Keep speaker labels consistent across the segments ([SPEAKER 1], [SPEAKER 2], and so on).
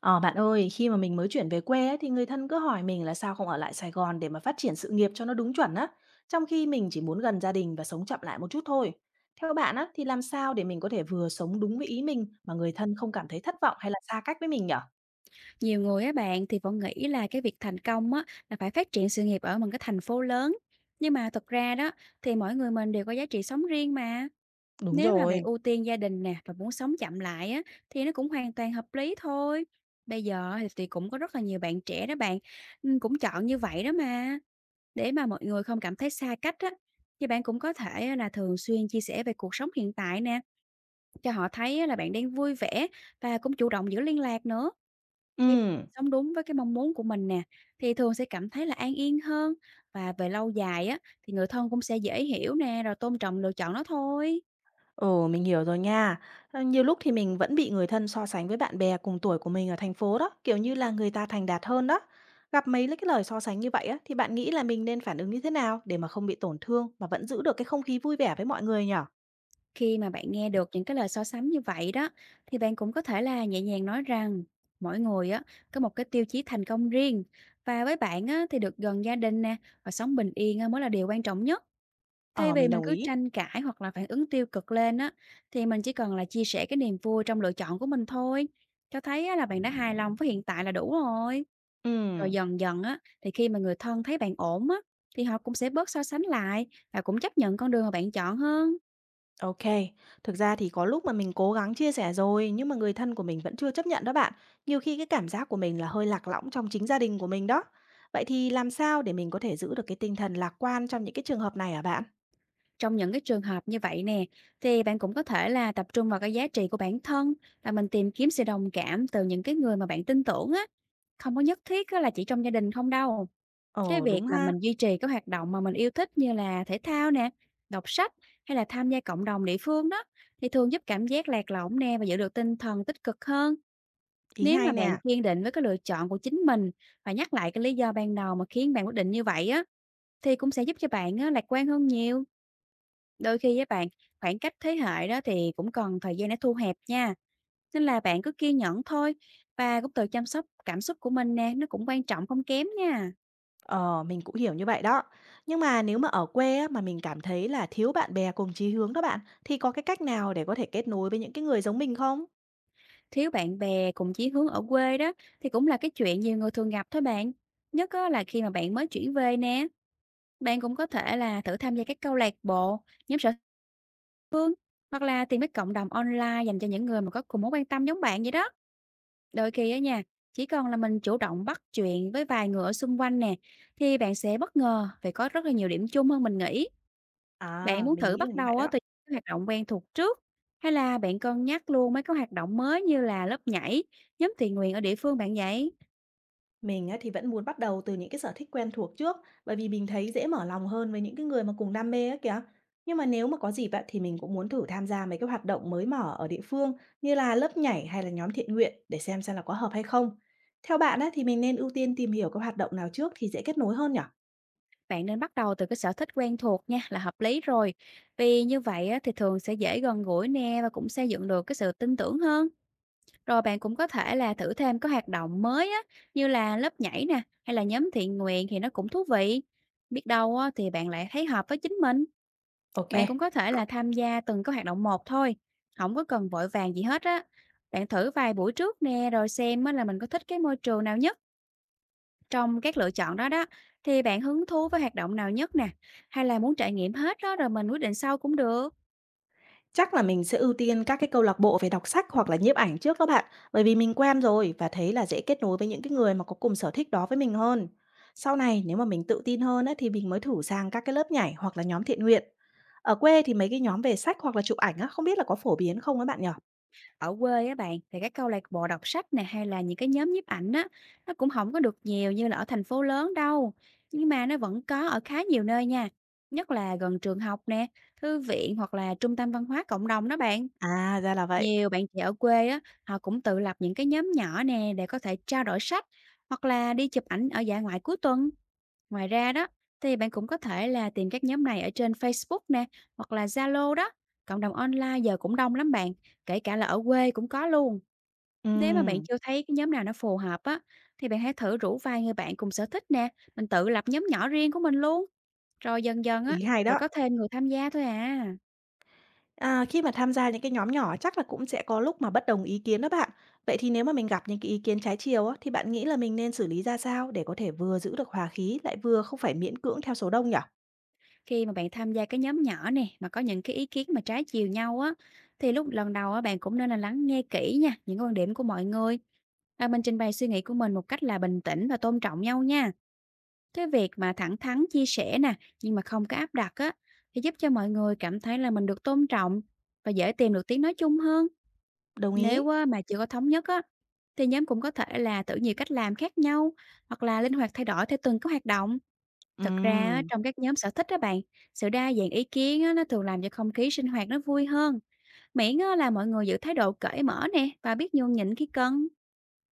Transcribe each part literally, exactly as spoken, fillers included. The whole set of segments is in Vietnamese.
[SPEAKER 1] Ờ, Bạn ơi, khi mà mình mới chuyển về quê ấy, thì người thân cứ hỏi mình là sao không ở lại Sài Gòn để mà phát triển sự nghiệp cho nó đúng chuẩn á, trong khi mình chỉ muốn gần gia đình và sống chậm lại một chút thôi. Theo bạn á, thì làm sao để mình có thể vừa sống đúng với ý mình mà người thân không cảm thấy thất vọng hay là xa cách với mình nhở?
[SPEAKER 2] Nhiều người á bạn thì vẫn nghĩ là cái việc thành công á là phải phát triển sự nghiệp ở một cái thành phố lớn. Nhưng mà thật ra đó thì mỗi người mình đều có giá trị sống riêng mà.
[SPEAKER 1] Đúng
[SPEAKER 2] Nếu mà bạn
[SPEAKER 1] rồi.
[SPEAKER 2] ưu tiên gia đình nè và muốn sống chậm lại á thì nó cũng hoàn toàn hợp lý thôi. Bây giờ thì thì cũng có rất là nhiều bạn trẻ đó bạn, ừ, cũng chọn như vậy đó mà. Để mà mọi người không cảm thấy xa cách á, thì bạn cũng có thể là thường xuyên chia sẻ về cuộc sống hiện tại nè, cho họ thấy á, là bạn đang vui vẻ và cũng chủ động giữ liên lạc nữa,
[SPEAKER 1] Ừ.
[SPEAKER 2] khi sống đúng với cái mong muốn của mình nè, thì thường sẽ cảm thấy là an yên hơn, và về lâu dài á thì người thân cũng sẽ dễ hiểu nè, rồi tôn trọng lựa chọn nó thôi.
[SPEAKER 1] Ừ, mình hiểu rồi nha. Ờ, Nhiều lúc thì mình vẫn bị người thân so sánh với bạn bè cùng tuổi của mình ở thành phố đó, kiểu như là người ta thành đạt hơn đó. Gặp mấy cái lời so sánh như vậy á, thì bạn nghĩ là mình nên phản ứng như thế nào để mà không bị tổn thương mà vẫn giữ được cái không khí vui vẻ với mọi người nhở?
[SPEAKER 2] Khi mà bạn nghe được những cái lời so sánh như vậy đó, thì bạn cũng có thể là nhẹ nhàng nói rằng mỗi người á có một cái tiêu chí thành công riêng, và với bạn á thì được gần gia đình nè và sống bình yên á mới là điều quan trọng nhất. Thay
[SPEAKER 1] Ờ,
[SPEAKER 2] vì
[SPEAKER 1] mình
[SPEAKER 2] mình
[SPEAKER 1] đồng
[SPEAKER 2] cứ
[SPEAKER 1] ý.
[SPEAKER 2] tranh cãi hoặc là phản ứng tiêu cực lên á, thì mình chỉ cần là chia sẻ cái niềm vui trong lựa chọn của mình thôi, cho thấy á là bạn đã hài lòng với hiện tại là đủ rồi.
[SPEAKER 1] Ừ,
[SPEAKER 2] Rồi dần dần á, thì khi mà người thân thấy bạn ổn á, thì họ cũng sẽ bớt so sánh lại và cũng chấp nhận con đường mà bạn chọn hơn.
[SPEAKER 1] ok. Thực ra thì có lúc mà mình cố gắng chia sẻ rồi nhưng mà người thân của mình vẫn chưa chấp nhận đó bạn. Nhiều khi cái cảm giác của mình là hơi lạc lõng trong chính gia đình của mình đó. Vậy thì làm sao để mình có thể giữ được cái tinh thần lạc quan trong những cái trường hợp này hả bạn?
[SPEAKER 2] Trong những cái trường hợp như vậy nè, thì bạn cũng có thể là tập trung vào cái giá trị của bản thân và mình tìm kiếm sự đồng cảm từ những cái người mà bạn tin tưởng á. Không có nhất thiết á là chỉ trong gia đình không đâu. Cái
[SPEAKER 1] Ồ,
[SPEAKER 2] việc
[SPEAKER 1] đúng
[SPEAKER 2] mà
[SPEAKER 1] ha.
[SPEAKER 2] mình duy trì các hoạt động mà mình yêu thích như là thể thao nè, đọc sách hay là tham gia cộng đồng địa phương đó, thì thường giúp cảm giác lạc lõng nè và giữ được tinh thần tích cực hơn.
[SPEAKER 1] Ý
[SPEAKER 2] Nếu
[SPEAKER 1] hay
[SPEAKER 2] mà
[SPEAKER 1] nè.
[SPEAKER 2] bạn kiên định với cái lựa chọn của chính mình và nhắc lại cái lý do ban đầu mà khiến bạn quyết định như vậy á, thì cũng sẽ giúp cho bạn á, lạc quan hơn nhiều. Đôi khi với bạn, khoảng cách thế hệ đó thì cũng cần thời gian để thu hẹp nha. Nên là bạn cứ kiên nhẫn thôi, và cũng tự chăm sóc cảm xúc của mình nè, nó cũng quan trọng không kém nha.
[SPEAKER 1] Ờ, mình cũng hiểu như vậy đó. Nhưng mà nếu mà ở quê á, mà mình cảm thấy là thiếu bạn bè cùng chí hướng đó bạn, thì có cái cách nào để có thể kết nối với những cái người giống mình không?
[SPEAKER 2] Thiếu bạn bè cùng chí hướng ở quê đó thì cũng là cái chuyện nhiều người thường gặp thôi bạn. Nhất á là khi mà bạn mới chuyển về nè, bạn cũng có thể là thử tham gia các câu lạc bộ, nhóm sở phương, hoặc là tìm cái cộng đồng online dành cho những người mà có cùng mối quan tâm giống bạn vậy đó. Đôi khi á nha, chỉ còn là mình chủ động bắt chuyện với vài người ở xung quanh nè, thì bạn sẽ bất ngờ vì có rất là nhiều điểm chung hơn mình nghĩ. Bạn
[SPEAKER 1] À,
[SPEAKER 2] muốn
[SPEAKER 1] mình
[SPEAKER 2] thử
[SPEAKER 1] nghĩ là
[SPEAKER 2] bắt
[SPEAKER 1] như vậy
[SPEAKER 2] đầu á
[SPEAKER 1] đó.
[SPEAKER 2] từ những hoạt động quen thuộc trước, hay là bạn cân nhắc luôn mấy cái hoạt động mới như là lớp nhảy, nhóm thiện nguyện ở địa phương bạn vậy?
[SPEAKER 1] Mình á, thì vẫn muốn bắt đầu từ những cái sở thích quen thuộc trước, bởi vì mình thấy dễ mở lòng hơn với những cái người mà cùng đam mê á kìa. Nhưng mà nếu mà có dịp á, thì mình cũng muốn thử tham gia mấy cái hoạt động mới mở ở địa phương như là lớp nhảy hay là nhóm thiện nguyện để xem xem là có hợp hay không. Theo bạn á, thì mình nên ưu tiên tìm hiểu các hoạt động nào trước thì dễ kết nối hơn nhỉ?
[SPEAKER 2] Bạn nên bắt đầu từ cái sở thích quen thuộc nha, là hợp lý rồi. Vì như vậy á, thì thường sẽ dễ gần gũi nè và cũng xây dựng được cái sự tin tưởng hơn. Rồi bạn cũng có thể là thử thêm các hoạt động mới á, như là lớp nhảy nè, hay là nhóm thiện nguyện thì nó cũng thú vị. Biết đâu á, thì bạn lại thấy hợp với chính mình.
[SPEAKER 1] Ok.
[SPEAKER 2] Bạn cũng có thể là tham gia từng cái hoạt động một thôi, không có cần vội vàng gì hết á. Bạn thử vài buổi trước nè, rồi xem á là mình có thích cái môi trường nào nhất trong các lựa chọn đó đó, thì bạn hứng thú với hoạt động nào nhất nè, hay là muốn trải nghiệm hết đó rồi mình quyết định sau cũng được.
[SPEAKER 1] Chắc là mình sẽ ưu tiên các cái câu lạc bộ về đọc sách hoặc là nhiếp ảnh trước đó bạn, bởi vì mình quen rồi và thấy là dễ kết nối với những cái người mà có cùng sở thích đó với mình hơn. Sau này nếu mà mình tự tin hơn á, thì mình mới thử sang các cái lớp nhảy hoặc là nhóm thiện nguyện. Ở quê thì mấy cái nhóm về sách hoặc là chụp ảnh á, không biết là có phổ biến không á bạn nhỉ?
[SPEAKER 2] Ở quê á bạn, thì các câu lạc bộ đọc sách nè, hay là những cái nhóm nhiếp ảnh á, nó cũng không có được nhiều như là ở thành phố lớn đâu, nhưng mà nó vẫn có ở khá nhiều nơi nha, nhất là gần trường học nè, thư viện hoặc là trung tâm văn hóa cộng đồng đó bạn.
[SPEAKER 1] À, ra là vậy.
[SPEAKER 2] Nhiều bạn trẻ ở quê á, họ cũng tự lập những cái nhóm nhỏ nè để có thể trao đổi sách, hoặc là đi chụp ảnh ở dã ngoại cuối tuần. Ngoài ra đó thì bạn cũng có thể là tìm các nhóm này ở trên Facebook nè, hoặc là Zalo đó. Cộng đồng online giờ cũng đông lắm bạn, kể cả là ở quê cũng có luôn. Nếu mà bạn
[SPEAKER 1] Ừm,
[SPEAKER 2] chưa thấy cái nhóm nào nó phù hợp á, thì bạn hãy thử rủ vài người bạn cùng sở thích nè, mình tự lập nhóm nhỏ riêng của mình luôn. Rồi dần dần á
[SPEAKER 1] ý hay
[SPEAKER 2] thì
[SPEAKER 1] đó.
[SPEAKER 2] có thêm người tham gia thôi à.
[SPEAKER 1] À, khi mà tham gia những cái nhóm nhỏ chắc là cũng sẽ có lúc mà bất đồng ý kiến đó bạn. Vậy thì nếu mà mình gặp những cái ý kiến trái chiều á, thì bạn nghĩ là mình nên xử lý ra sao để có thể vừa giữ được hòa khí lại vừa không phải miễn cưỡng theo số đông nhỉ?
[SPEAKER 2] Khi mà bạn tham gia cái nhóm nhỏ nè, mà có những cái ý kiến mà trái chiều nhau á, thì lúc lần đầu á, bạn cũng nên là lắng nghe kỹ nha, những quan điểm của mọi người. À, mình trình bày suy nghĩ của mình một cách là bình tĩnh và tôn trọng nhau nha. Cái việc mà thẳng thắn chia sẻ nè, nhưng mà không có áp đặt á, thì giúp cho mọi người cảm thấy là mình được tôn trọng và dễ tìm được tiếng nói chung hơn.
[SPEAKER 1] Đồng ý.
[SPEAKER 2] Nếu á, mà chưa có thống nhất á, thì nhóm cũng có thể là thử nhiều cách làm khác nhau, hoặc là linh hoạt thay đổi theo từng cái hoạt động. Thật ra á,
[SPEAKER 1] Ừm,
[SPEAKER 2] trong các nhóm sở thích đó bạn, sự đa dạng ý kiến á, nó thường làm cho không khí sinh hoạt nó vui hơn. Miễn á, là mọi người giữ thái độ cởi mở nè và biết nhường nhịn khi cần.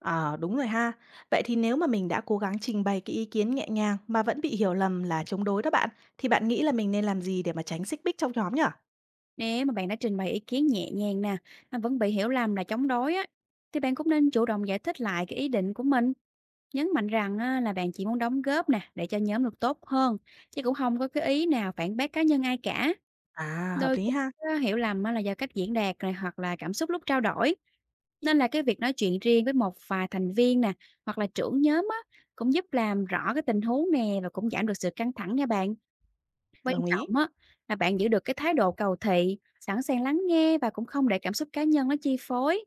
[SPEAKER 1] à, đúng rồi ha. Vậy thì nếu mà mình đã cố gắng trình bày cái ý kiến nhẹ nhàng mà vẫn bị hiểu lầm là chống đối đó bạn, thì bạn nghĩ là mình nên làm gì để mà tránh xích mích trong nhóm nhỉ?
[SPEAKER 2] Nếu mà bạn đã trình bày ý kiến nhẹ nhàng nè, mà vẫn bị hiểu lầm là chống đối á, thì bạn cũng nên chủ động giải thích lại cái ý định của mình. Nhấn mạnh rằng á, là bạn chỉ muốn đóng góp nè để cho nhóm được tốt hơn, chứ cũng không có cái ý nào phản bác cá nhân ai cả.
[SPEAKER 1] À, hợp
[SPEAKER 2] Đôi
[SPEAKER 1] lý
[SPEAKER 2] khi
[SPEAKER 1] ha.
[SPEAKER 2] á, hiểu lầm á, là do cách diễn đạt này hoặc là cảm xúc lúc trao đổi. Nên là cái việc nói chuyện riêng với một vài thành viên nè, hoặc là trưởng nhóm á, cũng giúp làm rõ cái tình huống nè và cũng giảm được sự căng thẳng nha bạn. Quan
[SPEAKER 1] Đồng ý.
[SPEAKER 2] trọng á, là bạn giữ được cái thái độ cầu thị, sẵn sàng lắng nghe và cũng không để cảm xúc cá nhân nó chi phối.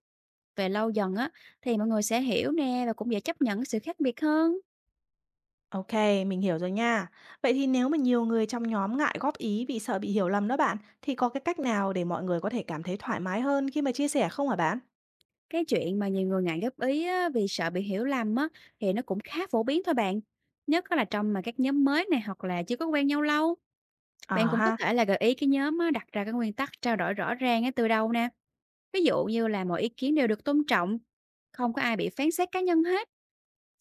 [SPEAKER 2] Về lâu dần á, thì mọi người sẽ hiểu nè và cũng dễ chấp nhận cái sự khác biệt hơn.
[SPEAKER 1] Ok, mình hiểu rồi nha. Vậy thì nếu mà nhiều người trong nhóm ngại góp ý vì sợ bị hiểu lầm đó bạn, thì có cái cách nào để mọi người có thể cảm thấy thoải mái hơn khi mà chia sẻ không hả bạn?
[SPEAKER 2] Cái chuyện mà nhiều người ngại góp ý á, vì sợ bị hiểu lầm á, thì nó cũng khá phổ biến thôi bạn. Nhất á là trong mà các nhóm mới này, hoặc là chưa có quen nhau lâu. Bạn
[SPEAKER 1] Ờ
[SPEAKER 2] cũng có
[SPEAKER 1] ha,
[SPEAKER 2] thể là gợi ý cái nhóm á, đặt ra cái nguyên tắc trao đổi rõ ràng á, từ đầu nè. Ví dụ như là mọi ý kiến đều được tôn trọng, không có ai bị phán xét cá nhân hết.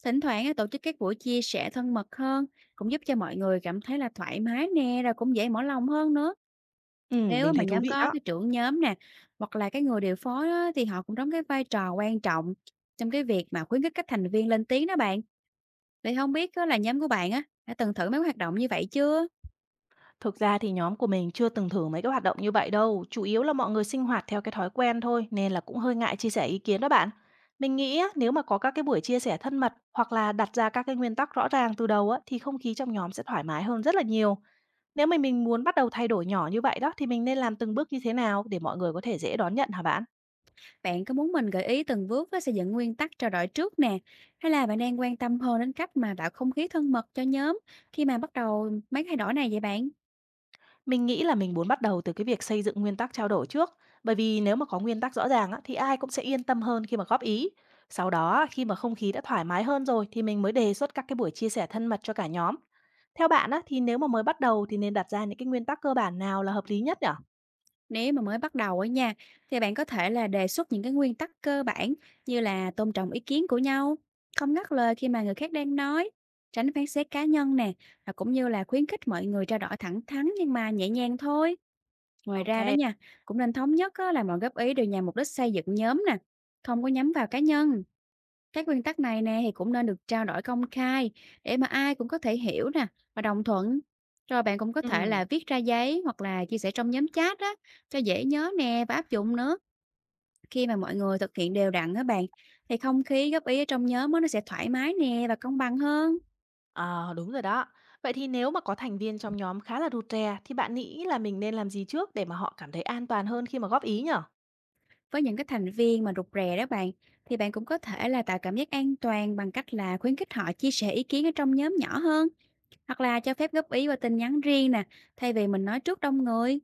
[SPEAKER 2] Thỉnh thoảng á, tổ chức các buổi chia sẻ thân mật hơn cũng giúp cho mọi người cảm thấy là thoải mái nè, rồi cũng dễ mở lòng hơn nữa.
[SPEAKER 1] ừ,
[SPEAKER 2] Nếu
[SPEAKER 1] mình
[SPEAKER 2] á mà
[SPEAKER 1] thấy thú
[SPEAKER 2] nhóm
[SPEAKER 1] vị
[SPEAKER 2] có
[SPEAKER 1] đó.
[SPEAKER 2] cái trưởng nhóm nè, hoặc là cái người điều phối á, thì họ cũng đóng cái vai trò quan trọng trong cái việc mà khuyến khích các thành viên lên tiếng đó bạn. Vậy không biết á, là nhóm của bạn á, đã từng thử mấy hoạt động như vậy chưa?
[SPEAKER 1] Thực ra thì nhóm của mình chưa từng thử mấy cái hoạt động như vậy đâu, chủ yếu là mọi người sinh hoạt theo cái thói quen thôi nên là cũng hơi ngại chia sẻ ý kiến đó bạn. Mình nghĩ á, nếu mà có các cái buổi chia sẻ thân mật hoặc là đặt ra các cái nguyên tắc rõ ràng từ đầu á, thì không khí trong nhóm sẽ thoải mái hơn rất là nhiều. Nếu mà mình muốn bắt đầu thay đổi nhỏ như vậy đó, thì mình nên làm từng bước như thế nào để mọi người có thể dễ đón nhận hả bạn?
[SPEAKER 2] Bạn có muốn mình gợi ý từng bước á, xây dựng nguyên tắc trao đổi trước nè? Hay là bạn đang quan tâm hơn đến cách mà tạo không khí thân mật cho nhóm khi mà bắt đầu mấy thay đổi này vậy bạn?
[SPEAKER 1] Mình nghĩ là mình muốn bắt đầu từ cái việc xây dựng nguyên tắc trao đổi trước, bởi vì nếu mà có nguyên tắc rõ ràng á, thì ai cũng sẽ yên tâm hơn khi mà góp ý. Sau đó, khi mà không khí đã thoải mái hơn rồi thì mình mới đề xuất các cái buổi chia sẻ thân mật cho cả nhóm. Theo bạn á, thì nếu mà mới bắt đầu thì nên đặt ra những cái nguyên tắc cơ bản nào là hợp lý nhất nhỉ?
[SPEAKER 2] Nếu mà mới bắt đầu á nha, thì bạn có thể là đề xuất những cái nguyên tắc cơ bản như là tôn trọng ý kiến của nhau, không ngắt lời khi mà người khác đang nói, tránh phán xét cá nhân nè, và cũng như là khuyến khích mọi người trao đổi thẳng thắn nhưng mà nhẹ nhàng thôi. Ngoài
[SPEAKER 1] Ok,
[SPEAKER 2] ra đó nha, cũng nên thống nhất á, là mọi góp ý đều nhằm mục đích xây dựng nhóm nè, không có nhắm vào cá nhân. Các nguyên tắc này nè thì cũng nên được trao đổi công khai để mà ai cũng có thể hiểu nè và đồng thuận. Rồi bạn cũng có thể
[SPEAKER 1] ừ,
[SPEAKER 2] là viết ra giấy hoặc là chia sẻ trong nhóm chat đó cho dễ nhớ nè và áp dụng nữa. Khi mà mọi người thực hiện đều đặn đó bạn thì không khí góp ý ở trong nhóm á, nó sẽ thoải mái nè và công bằng hơn.
[SPEAKER 1] à, đúng rồi đó. Vậy thì nếu mà có thành viên trong nhóm khá là rụt rè thì bạn nghĩ là mình nên làm gì trước để mà họ cảm thấy an toàn hơn khi mà góp ý nhở?
[SPEAKER 2] Với những cái thành viên mà rụt rè đó bạn, thì bạn cũng có thể là tạo cảm giác an toàn bằng cách là khuyến khích họ chia sẻ ý kiến ở trong nhóm nhỏ hơn, hoặc là cho phép góp ý qua tin nhắn riêng nè, thay vì mình nói trước đông người.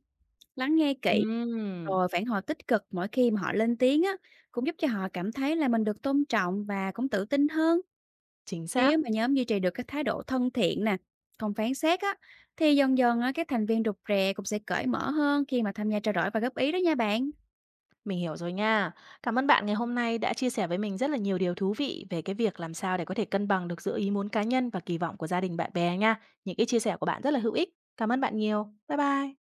[SPEAKER 2] Lắng nghe kỹ,
[SPEAKER 1] Ừm,
[SPEAKER 2] rồi phản hồi tích cực mỗi khi mà họ lên tiếng á, cũng giúp cho họ cảm thấy là mình được tôn trọng và cũng tự tin hơn.
[SPEAKER 1] Chính xác.
[SPEAKER 2] Nếu mà nhóm duy trì được cái thái độ thân thiện nè, không phán xét á, thì dần dần á, các thành viên rụt rè cũng sẽ cởi mở hơn khi mà tham gia trao đổi và góp ý đó nha bạn.
[SPEAKER 1] Mình hiểu rồi nha. Cảm ơn bạn ngày hôm nay đã chia sẻ với mình rất là nhiều điều thú vị về cái việc làm sao để có thể cân bằng được giữa ý muốn cá nhân và kỳ vọng của gia đình bạn bè nha. Những cái chia sẻ của bạn rất là hữu ích. Cảm ơn bạn nhiều. Bye bye.